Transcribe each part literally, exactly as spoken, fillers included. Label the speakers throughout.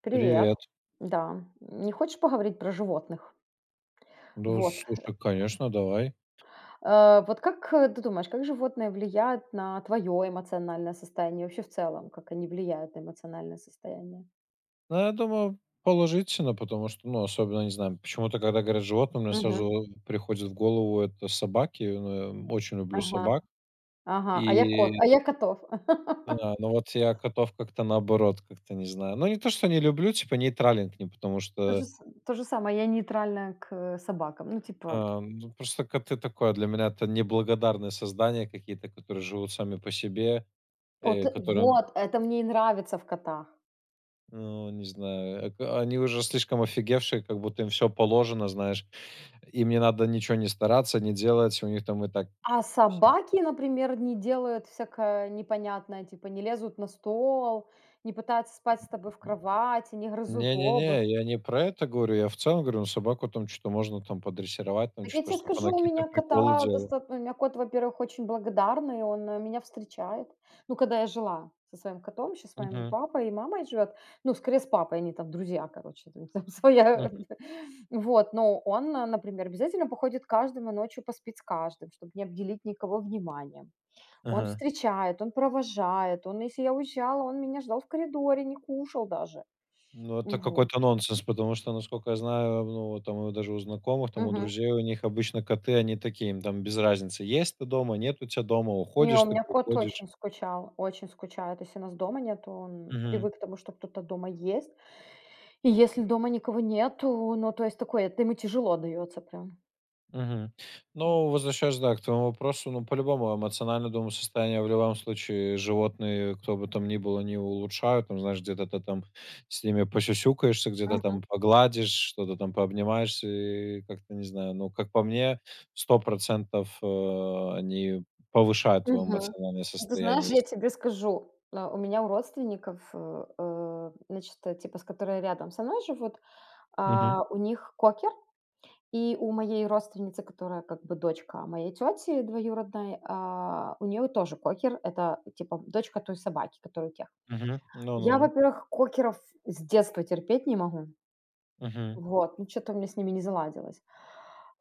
Speaker 1: Привет.
Speaker 2: Привет.
Speaker 1: Да. Не хочешь поговорить про животных?
Speaker 2: Да,
Speaker 1: Вот.
Speaker 2: слушай, конечно, давай.
Speaker 1: Э, Вот как э, ты думаешь, как животные влияют на твое эмоциональное состояние вообще в целом? Как они влияют на эмоциональное состояние?
Speaker 2: Ну, я думаю, положительно, потому что, ну, особенно, не знаю, почему-то, когда говорят животные, мне
Speaker 1: Мгм.
Speaker 2: сразу приходит в голову это собаки. Ну, я очень люблю
Speaker 1: Ага.
Speaker 2: собак.
Speaker 1: Ага. А я
Speaker 2: И,
Speaker 1: кот. А я котов.
Speaker 2: да, ну вот я котов как-то наоборот, как-то не знаю. Ну, не то, что не люблю, типа нейтрален к ним, потому
Speaker 1: То же,
Speaker 2: что
Speaker 1: с- то же самое. Я нейтральная к собакам. Ну, типа...
Speaker 2: а, ну, просто коты такое для меня это неблагодарные создания какие-то, которые живут сами по себе,
Speaker 1: Вот,
Speaker 2: э, которым.
Speaker 1: вот, это мне и нравится в котах.
Speaker 2: Ну, не знаю, эк они уже слишком офигевшие, как будто им все положено, знаешь. Им не надо ничего не стараться, не делать, у них там и так
Speaker 1: А
Speaker 2: всё.
Speaker 1: собаки, например, не делают всякое непонятное, типа не лезут на стол, не пытаются спать с тобой в кровати, не грызут обувь.
Speaker 2: Не-не-не, я не про это говорю, я в целом говорю, ну, собаку там что то можно там подрессировать, там
Speaker 1: Так я
Speaker 2: что то
Speaker 1: тебе
Speaker 2: чтобы она
Speaker 1: скажу, у
Speaker 2: какие-то
Speaker 1: меня
Speaker 2: приколы
Speaker 1: кота
Speaker 2: делала.
Speaker 1: достаточно, у меня кот, во-первых, очень благодарный, он э, меня встречает. Ну, когда я жила со своим котом, сейчас с моим
Speaker 2: Мгм,
Speaker 1: папой и мамой живет, ну, скорее с папой, они там друзья, короче, там, своя.
Speaker 2: мгм.
Speaker 1: Вот, но он, э, например, обязательно походит каждому ночью, поспит с каждым, чтобы не обделить никого вниманием. Он
Speaker 2: Ага.
Speaker 1: встречает, он провожает, он, если я уезжала, он меня ждал в коридоре, не кушал даже.
Speaker 2: Ну, это
Speaker 1: Вот.
Speaker 2: какой-то нонсенс, потому что, насколько я знаю, ну, вот там и даже у знакомых, там у
Speaker 1: Мгм.
Speaker 2: друзей, у них обычно коты, они такие, им там без разницы, есть ты дома, нет у тебя дома,
Speaker 1: Не, у
Speaker 2: уходишь ты,
Speaker 1: меня кот
Speaker 2: приходишь.
Speaker 1: очень скучал, очень скучает. Если нас дома нет, то он
Speaker 2: Мгм.
Speaker 1: привык к тому, что кто-то дома есть. И если дома никого нету, ну, то есть такое, это ему тяжело дается прям.
Speaker 2: Мгм.
Speaker 1: М.
Speaker 2: Ну, возвращаясь, да, к твоему вопросу, ну, по-любому, эмоционально, думаю, состояние в любом случае животные, кто бы там ни было не улучшают, там, знаешь, где-то ты там с ними посюсюкаешься, где-то
Speaker 1: Мгм.
Speaker 2: там погладишь, что-то там пообнимаешься, и как-то, не знаю, ну, как по мне, сто процентов э, они повышают твое
Speaker 1: Мгм.
Speaker 2: эмоциональное
Speaker 1: Ну, ты знаешь,
Speaker 2: состояние.
Speaker 1: я
Speaker 2: Если...
Speaker 1: тебе скажу, а, у меня у родственников, э, э, значит, э, типа, с которые рядом со мной живут,
Speaker 2: Мгм.
Speaker 1: а, у них кокер. И у моей родственницы, которая как бы дочка моей тети двоюродной, а, у нее тоже кокер. Это типа дочка той собаки, которая у тех.
Speaker 2: Мгм.
Speaker 1: Я,
Speaker 2: Ну-ну-ну.
Speaker 1: во-первых, кокеров с детства терпеть не могу.
Speaker 2: Мгм.
Speaker 1: Вот, ну что-то у меня с ними не заладилось.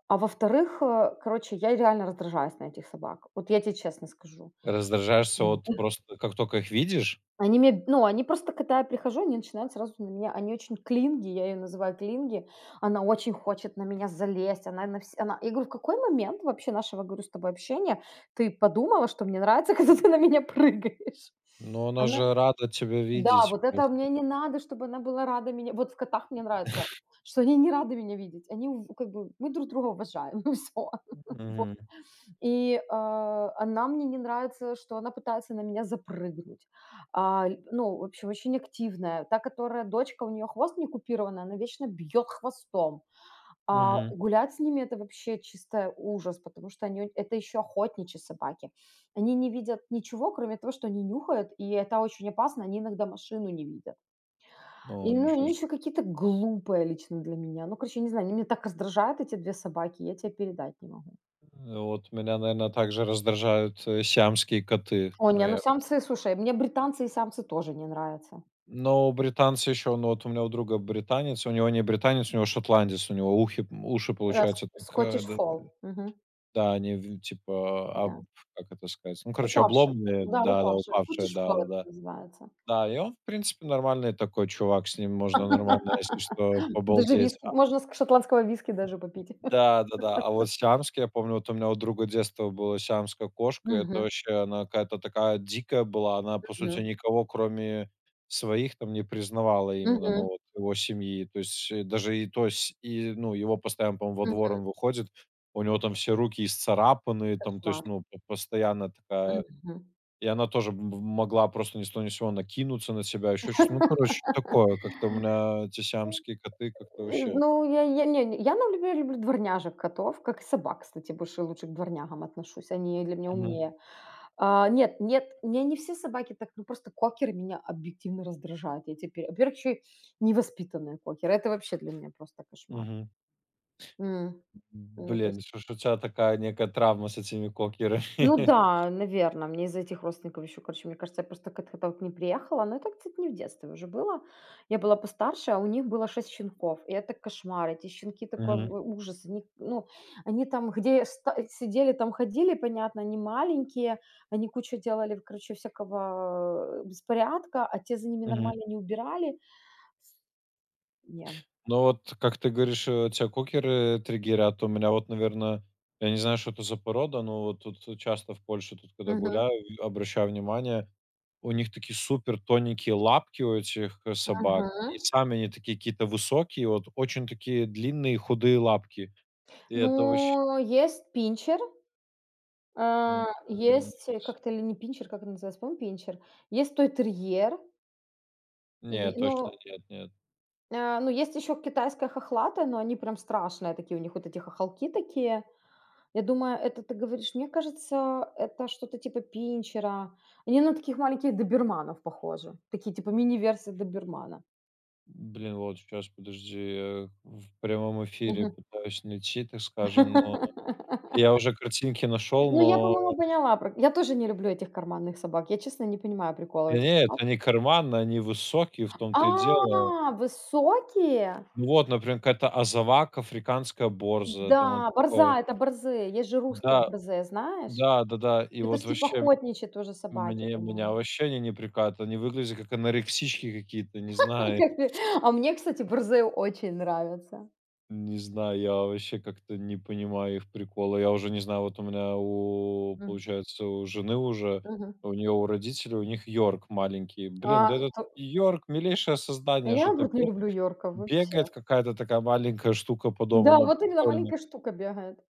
Speaker 1: А во-вторых, э, короче, я реально раздражаюсь на этих собак. Вот я тебе честно скажу.
Speaker 2: Раздражаешься от просто, как только их видишь,
Speaker 1: Они мне, ну, они просто, когда я прихожу, они начинают сразу на меня, они очень клинги, я ее называю клинги, она очень хочет на меня залезть, она на вс- она, я говорю, в какой момент вообще нашего, говорю, с тобой общения ты подумала, что мне нравится, когда ты на меня прыгаешь?
Speaker 2: но она
Speaker 1: Она,
Speaker 2: же рада тебя
Speaker 1: да,
Speaker 2: видеть
Speaker 1: вот это
Speaker 2: просто.
Speaker 1: мне не надо, чтобы она была рада меня, вот в котах мне нравится, что они не рады меня видеть, они у- как бы, мы друг друга уважаем, и все.
Speaker 2: Мгм.
Speaker 1: И, а, она мне не нравится, что она пытается на меня запрыгнуть. А, ль Ну, в общем, очень активная. Та, которая дочка, у нее хвост не купированный, она вечно бьет хвостом. А,
Speaker 2: Мгм.
Speaker 1: гулять с ними — это вообще чисто ужас, потому что они от это еще охотничьи собаки. Они не видят ничего, кроме того, что они нюхают, и это очень опасно, они иногда машину не видят.
Speaker 2: О,
Speaker 1: И, ну,
Speaker 2: ничего
Speaker 1: они
Speaker 2: себе.
Speaker 1: еще какие-то глупые лично для меня. Ну, короче, не знаю, они меня так раздражают, эти две собаки, я те передать не могу.
Speaker 2: Вот меня, наверное, также раздражают, э, сиамские коты.
Speaker 1: О,
Speaker 2: Ну,
Speaker 1: не, ну
Speaker 2: я
Speaker 1: самцы, слушай, мне британцы и самцы тоже не нравятся.
Speaker 2: но британцы еще, ну, вот у меня у друга британец, у него не британец, у него шотландец, у него ухи уши,
Speaker 1: Э, ск
Speaker 2: получаются так, э,
Speaker 1: Scottish
Speaker 2: д
Speaker 1: Fold. Мгм.
Speaker 2: да, они в типа, об
Speaker 1: Да.
Speaker 2: как это сказать, ну, короче,
Speaker 1: Упавший.
Speaker 2: обломные,
Speaker 1: Да,
Speaker 2: да-да,
Speaker 1: упавший.
Speaker 2: упавшие,
Speaker 1: Scottish Fold
Speaker 2: да-да-да. Да,
Speaker 1: это
Speaker 2: да.
Speaker 1: называется.
Speaker 2: Да, и он, в принципе, нормальный такой чувак, с ним можно нормально, если что,
Speaker 1: Даже
Speaker 2: побалдеть.
Speaker 1: виски. Можно с шотландского виски даже попить.
Speaker 2: Да, да-да. А вот сиамские, я помню, вот у меня у друга детства была сиамская кошка. и Это
Speaker 1: Мгм,
Speaker 2: вообще она какая-то такая дикая была. Она, по сути,
Speaker 1: мгм,
Speaker 2: никого, кроме своих, там не признавала именно, ну,
Speaker 1: мгм,
Speaker 2: вот его семьи. То есть, э, даже и то с и, ну, его постоянно, по-моему, во двор
Speaker 1: мгм.
Speaker 2: он выходит, у него там все руки исцарапанные, там, то
Speaker 1: Кошмар.
Speaker 2: есть, ну, п постоянно такая.
Speaker 1: Мгм.
Speaker 2: И она тоже м могла просто ни с того ни с сего накинуться на себя еще чт ну, короче, такое. Как-то у меня эти сиамские коты как-то
Speaker 1: Э,
Speaker 2: вообще.
Speaker 1: ну, я я не не, я, например, люблю дворняжек котов, как и собак, кстати, больше лучше к дворнягам отношусь, они для меня
Speaker 2: Мгм.
Speaker 1: умнее. А, нет, нет, мне не все собаки так, ну просто кокеры меня объективно раздражают. Я теперь, во-первых, еще и невоспитанные кокеры. Это вообще для меня просто кошмар.
Speaker 2: Мгм.
Speaker 1: М, Ну, то
Speaker 2: Блин,
Speaker 1: есть
Speaker 2: что ж у тебя такая некая травма с этими
Speaker 1: Ну
Speaker 2: кокерами?
Speaker 1: да, наверное, мне из-за этих родственников еще, короче, мне кажется, я просто как-то вот не приехала, но это, кстати, не в детстве уже было. Я была постарше, а у них было шесть щенков, и это кошмар, эти щенки такой
Speaker 2: Мгм,
Speaker 1: в ужас, они, ну, они там где ста сидели, там ходили, понятно, они маленькие, они кучу делали, короче, всякого, э, беспорядка, а те за ними
Speaker 2: мгм.
Speaker 1: нормально не убирали. Не.
Speaker 2: Ну вот, как ты говоришь, э, тебя кокеры триггерят. У меня вот, наверное, я не знаю, что это за порода, но вот тут часто в Польше, тут когда
Speaker 1: Мгм,
Speaker 2: гуляю, в- обращаю внимание, у них такие супер тоненькие лапки у этих э, собак. И
Speaker 1: мгм.
Speaker 2: сами они такие какие-то высокие, вот очень такие длинные худые лапки. И это вообще...
Speaker 1: Ну, есть пинчер.
Speaker 2: М,
Speaker 1: А,
Speaker 2: м,
Speaker 1: есть, э, как-то ли не пинчер, как это называется, по-моему, пинчер. Есть той-терьер,
Speaker 2: не,
Speaker 1: и,
Speaker 2: точно
Speaker 1: ну,
Speaker 2: нет, нет.
Speaker 1: а, ну, есть еще китайская хохлатая, но они прям страшные такие, у них вот эти хохолки такие. Я думаю, это ты говоришь, мне кажется, это что-то типа пинчера. Они на таких маленьких доберманов похожи, такие типа мини-версии добермана.
Speaker 2: Блин, вот сейчас подожди, я в прямом эфире
Speaker 1: Мгм.
Speaker 2: пытаюсь найти, так скажем, но я уже картинки нашел,
Speaker 1: Ну, я,
Speaker 2: но
Speaker 1: по-моему, поняла. Про Я тоже не люблю этих карманных собак. Я, честно, не понимаю прикола в
Speaker 2: да
Speaker 1: этих
Speaker 2: нет,
Speaker 1: собаках.
Speaker 2: они карманные, они высокие, в том-то и дело.
Speaker 1: А, высокие?
Speaker 2: Ну вот, например, какая-то азавак, африканская борза. Там вот
Speaker 1: Да,
Speaker 2: такое.
Speaker 1: борза- это борзые. Есть же русские
Speaker 2: Да,
Speaker 1: борзые, знаешь?
Speaker 2: да-да-да, и
Speaker 1: Это ж
Speaker 2: вот
Speaker 1: типа
Speaker 2: вообще
Speaker 1: охотничьи тоже собаки,
Speaker 2: мне меня
Speaker 1: по-моему.
Speaker 2: вообще они не прикатывают, они выглядят как анорексички какие-то, не знаю.
Speaker 1: Как ты А мне, кстати, борзые очень нравятся.
Speaker 2: Не знаю, я вообще как-то не понимаю их прикола. Я уже не знаю, вот у меня у,
Speaker 1: Мгм.
Speaker 2: получается, у жены уже,
Speaker 1: Мгм.
Speaker 2: у нее, у родителей, у них Йорк маленький. Блин, да
Speaker 1: А,
Speaker 2: этот
Speaker 1: то
Speaker 2: Йорк милейшее создание,
Speaker 1: Я,
Speaker 2: что-то
Speaker 1: наоборот, не
Speaker 2: бе-
Speaker 1: люблю йорков
Speaker 2: бегает
Speaker 1: вообще.
Speaker 2: какая-то такая маленькая штука по дому,
Speaker 1: Да,
Speaker 2: ну
Speaker 1: вот именно
Speaker 2: прикольно.
Speaker 1: маленькая штука бегает.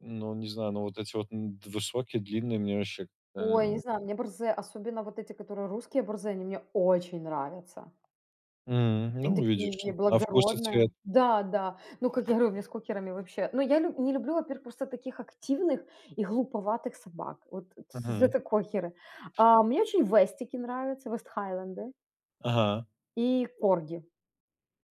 Speaker 2: Ну, не знаю, ну вот эти вот м, д- высокие, длинные мне вообще...
Speaker 1: Ой, не
Speaker 2: как-то,
Speaker 1: знаю, мне борзые, особенно вот эти, которые русские борзые, они мне очень нравятся.
Speaker 2: м,
Speaker 1: Они
Speaker 2: ну, увидишь,
Speaker 1: такие
Speaker 2: на вкус и цвет.
Speaker 1: благородные. Да, да. Ну, как я говорю, мне с кокерами вообще. Но я люб- не люблю, во-первых, просто таких активных и глуповатых собак. Вот
Speaker 2: Мгм.
Speaker 1: это кокеры. А, мне очень вестики нравятся, вестхайленды
Speaker 2: Ага.
Speaker 1: и корги.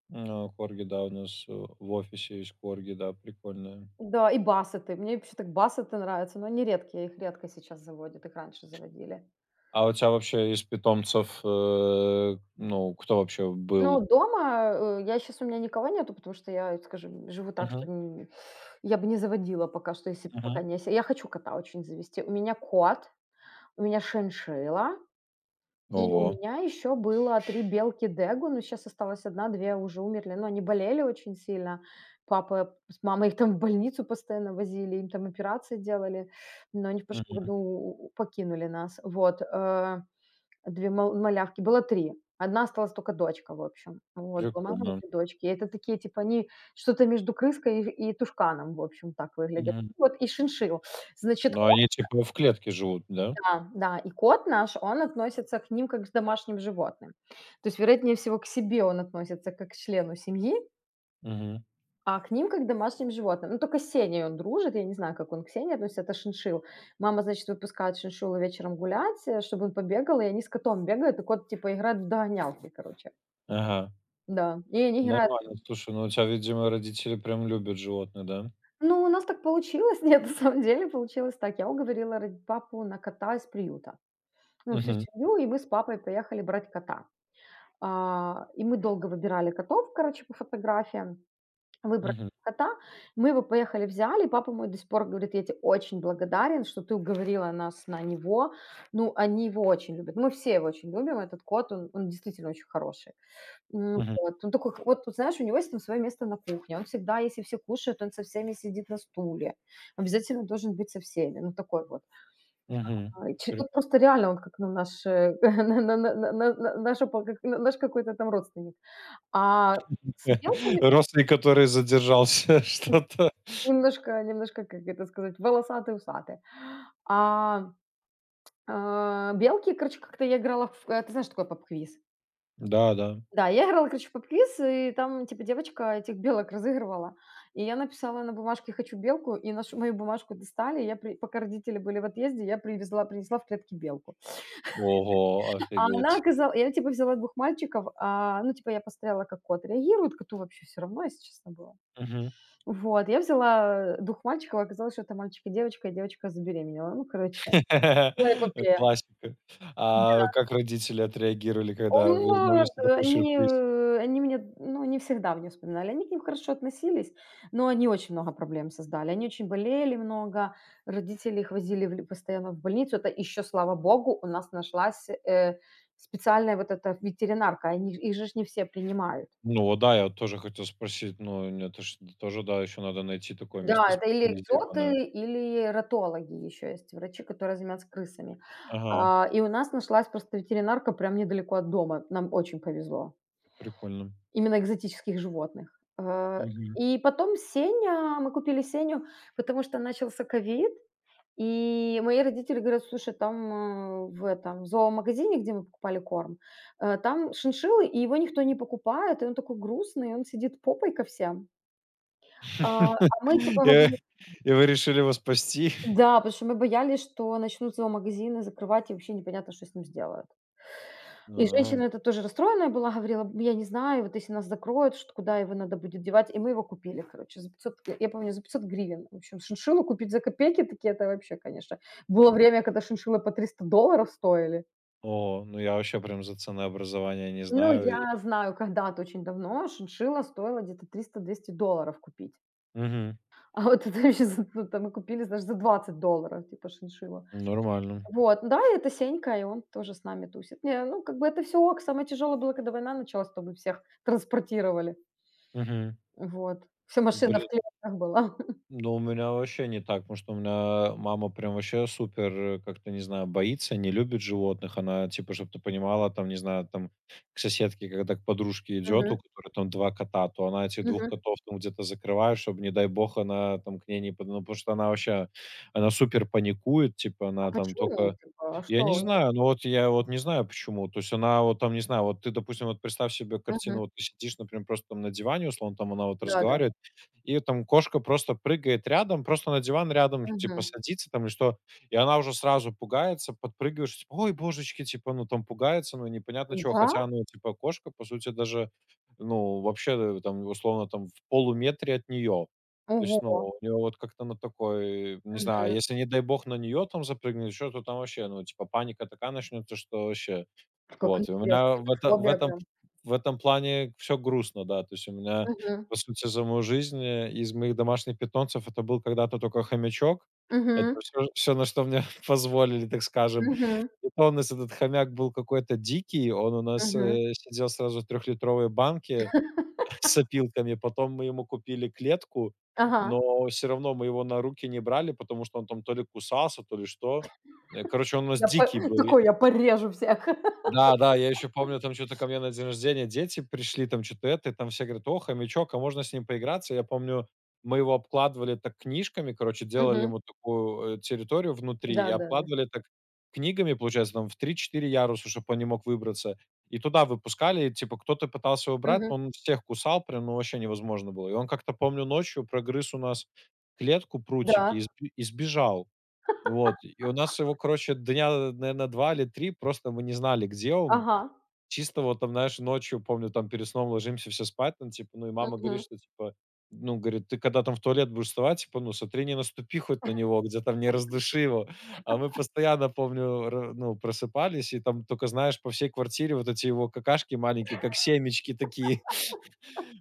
Speaker 2: Ну, корги, да, у нас э, в офисе есть корги, да, прикольные.
Speaker 1: Да, и бассеты. Мне вообще так бассеты нравятся, но они редкие, их редко сейчас заводят, их раньше заводили.
Speaker 2: А у тебя вообще из питомцев, э, ну, кто вообще
Speaker 1: Ну,
Speaker 2: был?
Speaker 1: дома э, я сейчас у меня никого нету, потому что я, скажем, живу так, что
Speaker 2: Мгм,
Speaker 1: н- я бы не заводила пока что, если б
Speaker 2: мгм.
Speaker 1: пока не... ось- Я хочу кота очень завести. У меня кот, У меня шиншилла, и у
Speaker 2: Ого,
Speaker 1: меня еще было три белки дегу, но сейчас осталась одна, две уже умерли, но они болели очень сильно. Папа с мамой их там в больницу постоянно возили, им там операции делали, но они в прошлом году
Speaker 2: мгм,
Speaker 1: у покинули нас. Вот, э, две мал малявки, было три, одна осталась только дочка, в общем. Вот, была мама и
Speaker 2: прикольно.
Speaker 1: две дочки. И это такие, типа, они что-то между крыской и и тушканом, в общем, так выглядят.
Speaker 2: Мгм.
Speaker 1: Вот, и шиншилл. Значит,
Speaker 2: Ну, они типа в клетке живут, да?
Speaker 1: да, да, и кот наш, он относится к ним как к домашним животным. То есть, вероятнее всего, к себе он относится как к члену семьи,
Speaker 2: Мгм.
Speaker 1: а к ним как к домашним животным. Ну, только с Сеней он дружит, я не знаю, как он к Сене относится, это шиншилл. Мама, значит, выпускает шиншиллу вечером гулять, э, чтобы он побегал, и они с котом бегают, и кот, типа, играет в догонялки, короче.
Speaker 2: Ага.
Speaker 1: Да, и они играют.
Speaker 2: Нормально. Слушай, ну у тебя, видимо, родители прям любят животных, да?
Speaker 1: Ну, у нас так получилось, нет, на самом деле получилось так. Я уговорила род- папу на кота из приюта. Ну, всю
Speaker 2: Мгм,
Speaker 1: семью, и мы с папой поехали брать кота. А, и мы долго выбирали котов, короче, по фотографиям, выбрали
Speaker 2: мгм,
Speaker 1: кота. Мы его поехали взяли, и папа мой до сих пор говорит: "Я тебе очень благодарен, что ты уговорила нас на него". Ну, они его очень любят. Мы все его очень любим. Этот кот, он он действительно очень хороший. М,
Speaker 2: мгм,
Speaker 1: вот. Он такой, вот, вот знаешь, у него есть там свое место на кухне. Он всегда, если все кушают, он со всеми сидит на стуле. Обязательно должен быть со всеми. Ну, такой вот.
Speaker 2: мгм.
Speaker 1: А, и че
Speaker 2: Прикольно.
Speaker 1: вот просто реально он как, ну, наш, э, на на на на на наша по как наш какой-то там родственник. А с белками
Speaker 2: Родственник, который задержался, что-то.
Speaker 1: немножко немножко, как это сказать, волосатые-усатые. А, а, Белки, короче, как-то я играла в э, ты знаешь, что такое поп-квиз?
Speaker 2: Да, да.
Speaker 1: Да, я играла, короче, в поп-квиз, и там, типа, девочка этих белок разыгрывала. И я написала на бумажке "хочу белку", и нашу мою бумажку достали. Я при пока родители были в отъезде, я привезла принесла в клетке белку.
Speaker 2: Ого,
Speaker 1: А
Speaker 2: офигеть.
Speaker 1: она оказа я, типа, взяла двух мальчиков, а, ну, типа, я посмотрела, как кот реагирует. Коту вообще все равно, если честно, было.
Speaker 2: Мгм.
Speaker 1: Вот, я взяла двух мальчиков, оказалось, что это мальчик и девочка, и девочка забеременела. Ну, короче, целая эпопея.
Speaker 2: Классика. А
Speaker 1: Да.
Speaker 2: как родители отреагировали, когда
Speaker 1: Вот,
Speaker 2: вернулись на такой
Speaker 1: они,
Speaker 2: сюрприз?
Speaker 1: э, они меня, ну, не всегда мне вспоминали. Они к ним хорошо относились, но они очень много проблем создали. Они очень болели много, родители их возили в ль постоянно в больницу. Это еще, слава богу, у нас нашлась, э, специальная вот эта ветеринарка. Они их же ж не все принимают.
Speaker 2: Ну вот да, я вот тоже хотел спросить. Ну, н это ж тоже, да, еще надо найти такое
Speaker 1: Да,
Speaker 2: место
Speaker 1: это или
Speaker 2: специализированное.
Speaker 1: экзоты, или ратологи еще есть, врачи, которые занимаются крысами.
Speaker 2: Ага,
Speaker 1: А, и у нас нашлась просто ветеринарка прям недалеко от дома. Нам очень повезло.
Speaker 2: прикольно.
Speaker 1: Именно экзотических животных. Э,
Speaker 2: Мгм.
Speaker 1: и потом Сеня, мы купили Сеню, потому что начался ковид, и мои родители говорят, слушай, там э, в этом зоомагазине, где мы покупали корм, э, там шиншиллы, и его никто не покупает, и он такой грустный, он сидит попой ко всем. А, а мы типа
Speaker 2: И
Speaker 1: говорим,
Speaker 2: и вы решили его спасти?
Speaker 1: да, потому что мы боялись, что начнут зоомагазины закрывать, и вообще непонятно, что с ним сделают. И
Speaker 2: А,
Speaker 1: женщина это тоже расстроенная была, говорила: "Б Я не знаю, вот если нас закроют, что куда его надо будет девать". И мы его купили, короче, за пятьсот, я я помню, за пятьсот гривен. В общем, шиншиллу купить за копейки такие — это вообще, конечно. Было время, когда шиншиллы по триста долларов стоили.
Speaker 2: о, ну я вообще прям за цены образования не
Speaker 1: Ну,
Speaker 2: знаю и.
Speaker 1: я знаю, когда-то очень давно шиншилла стоила где-то триста двести долларов купить.
Speaker 2: Мгм.
Speaker 1: А вот это вообще за ну, там мы купили, знаешь, за двадцать долларов, типа, шиншилла.
Speaker 2: Нормально.
Speaker 1: Вот, да, и это Сенька, и он тоже с нами тусит. Не, ну, как бы это все, ок. Самое тяжелое было, когда война началась, чтобы всех транспортировали.
Speaker 2: Мгм.
Speaker 1: Вот. Вся машина в
Speaker 2: Блин.
Speaker 1: клетках была.
Speaker 2: Ну, у меня вообще не так, потому что у меня мама прям вообще супер, э, как-то, не знаю, боится, не любит животных. Она, типа, чтобы ты понимала, там, не знаю, там, к соседке, когда к подружке идет,
Speaker 1: Мгм,
Speaker 2: у которой там два кота, то она этих двух
Speaker 1: мгм.
Speaker 2: котов там где-то закрывает, чтобы, не дай бог, она там к ней не... под- Ну, потому что она вообще, она супер паникует, типа,
Speaker 1: А
Speaker 2: она там
Speaker 1: почему,
Speaker 2: только...
Speaker 1: типа, а
Speaker 2: Я
Speaker 1: что
Speaker 2: не
Speaker 1: у него?
Speaker 2: знаю, ну вот я вот не знаю почему. То есть она вот там, не знаю, вот ты, допустим, вот представь себе
Speaker 1: Мгм.
Speaker 2: картину, вот ты сидишь, например, просто там на диване, условно, там она вот
Speaker 1: Да-да.
Speaker 2: разговаривает, и там кошка просто прыгает рядом, просто на диван рядом,
Speaker 1: Мгм.
Speaker 2: типа, садится там или что, и она уже сразу пугается, подпрыгиваешь, типа: "Ой, божечки!" Типа, ну, там пугается, ну, непонятно чего.
Speaker 1: Да?
Speaker 2: Хотя, ну, типа, кошка, по сути, даже, ну, вообще, э, там, условно, там, в полуметре от нее. То есть, ну,
Speaker 1: Ого!
Speaker 2: у нее вот как-то на такой, не знаю,
Speaker 1: Мгм.
Speaker 2: если, не дай бог, на нее там запрыгнет, что то там вообще, ну, типа, паника такая начнется, что вообще.
Speaker 1: Как
Speaker 2: Вот, и у
Speaker 1: интересно.
Speaker 2: меня в
Speaker 1: Это
Speaker 2: это в
Speaker 1: фобия
Speaker 2: этом
Speaker 1: прям.
Speaker 2: в этом плане все грустно, да. То есть у меня,
Speaker 1: Мгм.
Speaker 2: по сути, за мою жизнь, э, из моих домашних питомцев это был когда-то только хомячок. Это
Speaker 1: Мгм.
Speaker 2: все, на что мне позволили, так скажем.
Speaker 1: Мгм.
Speaker 2: И то у нас этот хомяк был какой-то дикий, он у нас,
Speaker 1: Мгм.
Speaker 2: э, сидел сразу в трехлитровой банке с опилками. Потом мы ему купили клетку,
Speaker 1: Ага.
Speaker 2: но все равно мы его на руки не брали, потому что он там то ли кусался, то ли что. Э, короче, он у нас
Speaker 1: Я по
Speaker 2: дикий был.
Speaker 1: такой: "Я порежу всех".
Speaker 2: Да, да, я еще помню, там что то ко мне на день рождения дети пришли, там что то это, и там все говорят: "О, хомячок, а можно с ним поиграться?" Я помню, мы его обкладывали так книжками, короче, делали
Speaker 1: Мгм.
Speaker 2: ему такую, э, территорию внутри и
Speaker 1: Да-да-да.
Speaker 2: обкладывали так книгами, получается, там в три-четыре яруса, чтобы он не мог выбраться. И туда выпускали, и типа кто-то пытался его брать,
Speaker 1: Мгм.
Speaker 2: но он всех кусал прям, ну, вообще невозможно было. И он как-то, помню, ночью прогрыз у нас клетку, прутики и
Speaker 1: Да.
Speaker 2: сби и сбежал. Вот, и у нас его, короче, дня, наверно, два или три просто мы не знали, где он.
Speaker 1: Ага.
Speaker 2: Чисто вот там, знаешь, ночью, помню, там перед сном ложимся все спать, там, типа, ну, и мама говорит,
Speaker 1: Мгм.
Speaker 2: что, типа, ну, говорит: "Ты когда там в туалет будешь вставать, типа, ну, смотри, не наступи хоть на него, где там не раздуши его". А мы постоянно, помню, ра ну, просыпались, и там только, знаешь, по всей квартире вот эти его какашки маленькие, как семечки такие.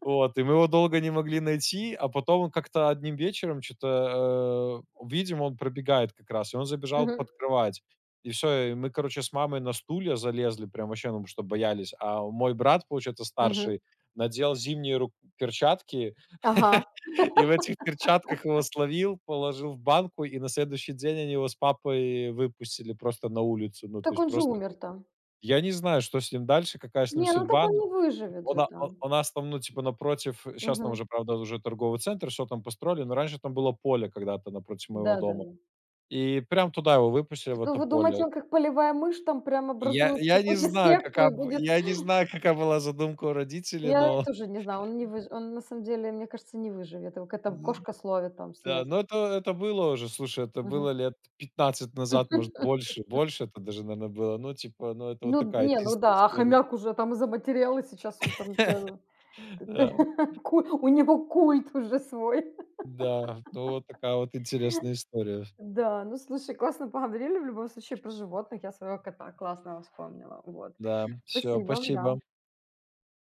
Speaker 2: Вот, и мы его долго не могли найти, а потом он как-то одним вечером что то э, видим, он пробегает как раз, и он забежал
Speaker 1: Мгм.
Speaker 2: под кровать. И все. И мы, короче, с мамой на стулья залезли, прям вообще, ну, что боялись. А мой брат, получается,
Speaker 1: Мгм.
Speaker 2: старший, надел зимние рук перчатки
Speaker 1: Ага.
Speaker 2: и в этих перчатках его словил, положил в банку, и на следующий день они его с папой выпустили просто на улицу. Ну, то
Speaker 1: Так
Speaker 2: есть
Speaker 1: он же
Speaker 2: просто, ку-
Speaker 1: умер-то.
Speaker 2: я не знаю, что с ним дальше, какая с ним
Speaker 1: Не, ну так
Speaker 2: судьба.
Speaker 1: он не выживет же
Speaker 2: Вона у
Speaker 1: там.
Speaker 2: у нас там, ну, типа, напротив, сейчас там
Speaker 1: Мгм.
Speaker 2: уже, правда, уже торговый центр, все там построили, но раньше там было поле когда-то напротив моего дома.
Speaker 1: Да-да-да.
Speaker 2: И прям туда его выпустили, в
Speaker 1: Вы
Speaker 2: это
Speaker 1: вы
Speaker 2: поле.
Speaker 1: думаете, он как полевая мышь там прям
Speaker 2: И я
Speaker 1: образует
Speaker 2: я не
Speaker 1: какую-то
Speaker 2: знаю,
Speaker 1: секту
Speaker 2: какая,
Speaker 1: и
Speaker 2: б
Speaker 1: будет.
Speaker 2: я не знаю, какая была задумка у родителей,
Speaker 1: Я
Speaker 2: но,
Speaker 1: тоже не знаю, он не выж он на самом деле, мне кажется, не выживет. Его какая-то
Speaker 2: ну
Speaker 1: кошка словит там,
Speaker 2: да,
Speaker 1: съест.
Speaker 2: но это это было уже, слушай, это
Speaker 1: Мгм.
Speaker 2: было лет пятнадцать назад, может, больше. Больше это даже, наверное, было. Ну, типа, ну, это вот
Speaker 1: Ну
Speaker 2: такая
Speaker 1: не, ну
Speaker 2: единственная
Speaker 1: да, а
Speaker 2: история.
Speaker 1: хомяк уже там и заматерел, и сейчас он там тя т
Speaker 2: Да,
Speaker 1: ку у него культ уже свой.
Speaker 2: да, ну, вот такая вот интересная история.
Speaker 1: Да, ну слушай, классно поговорили в любом случае про животных. Я своего кота классного вспомнила. Вот.
Speaker 2: Да, все,
Speaker 1: Спасибо, да.
Speaker 2: спасибо.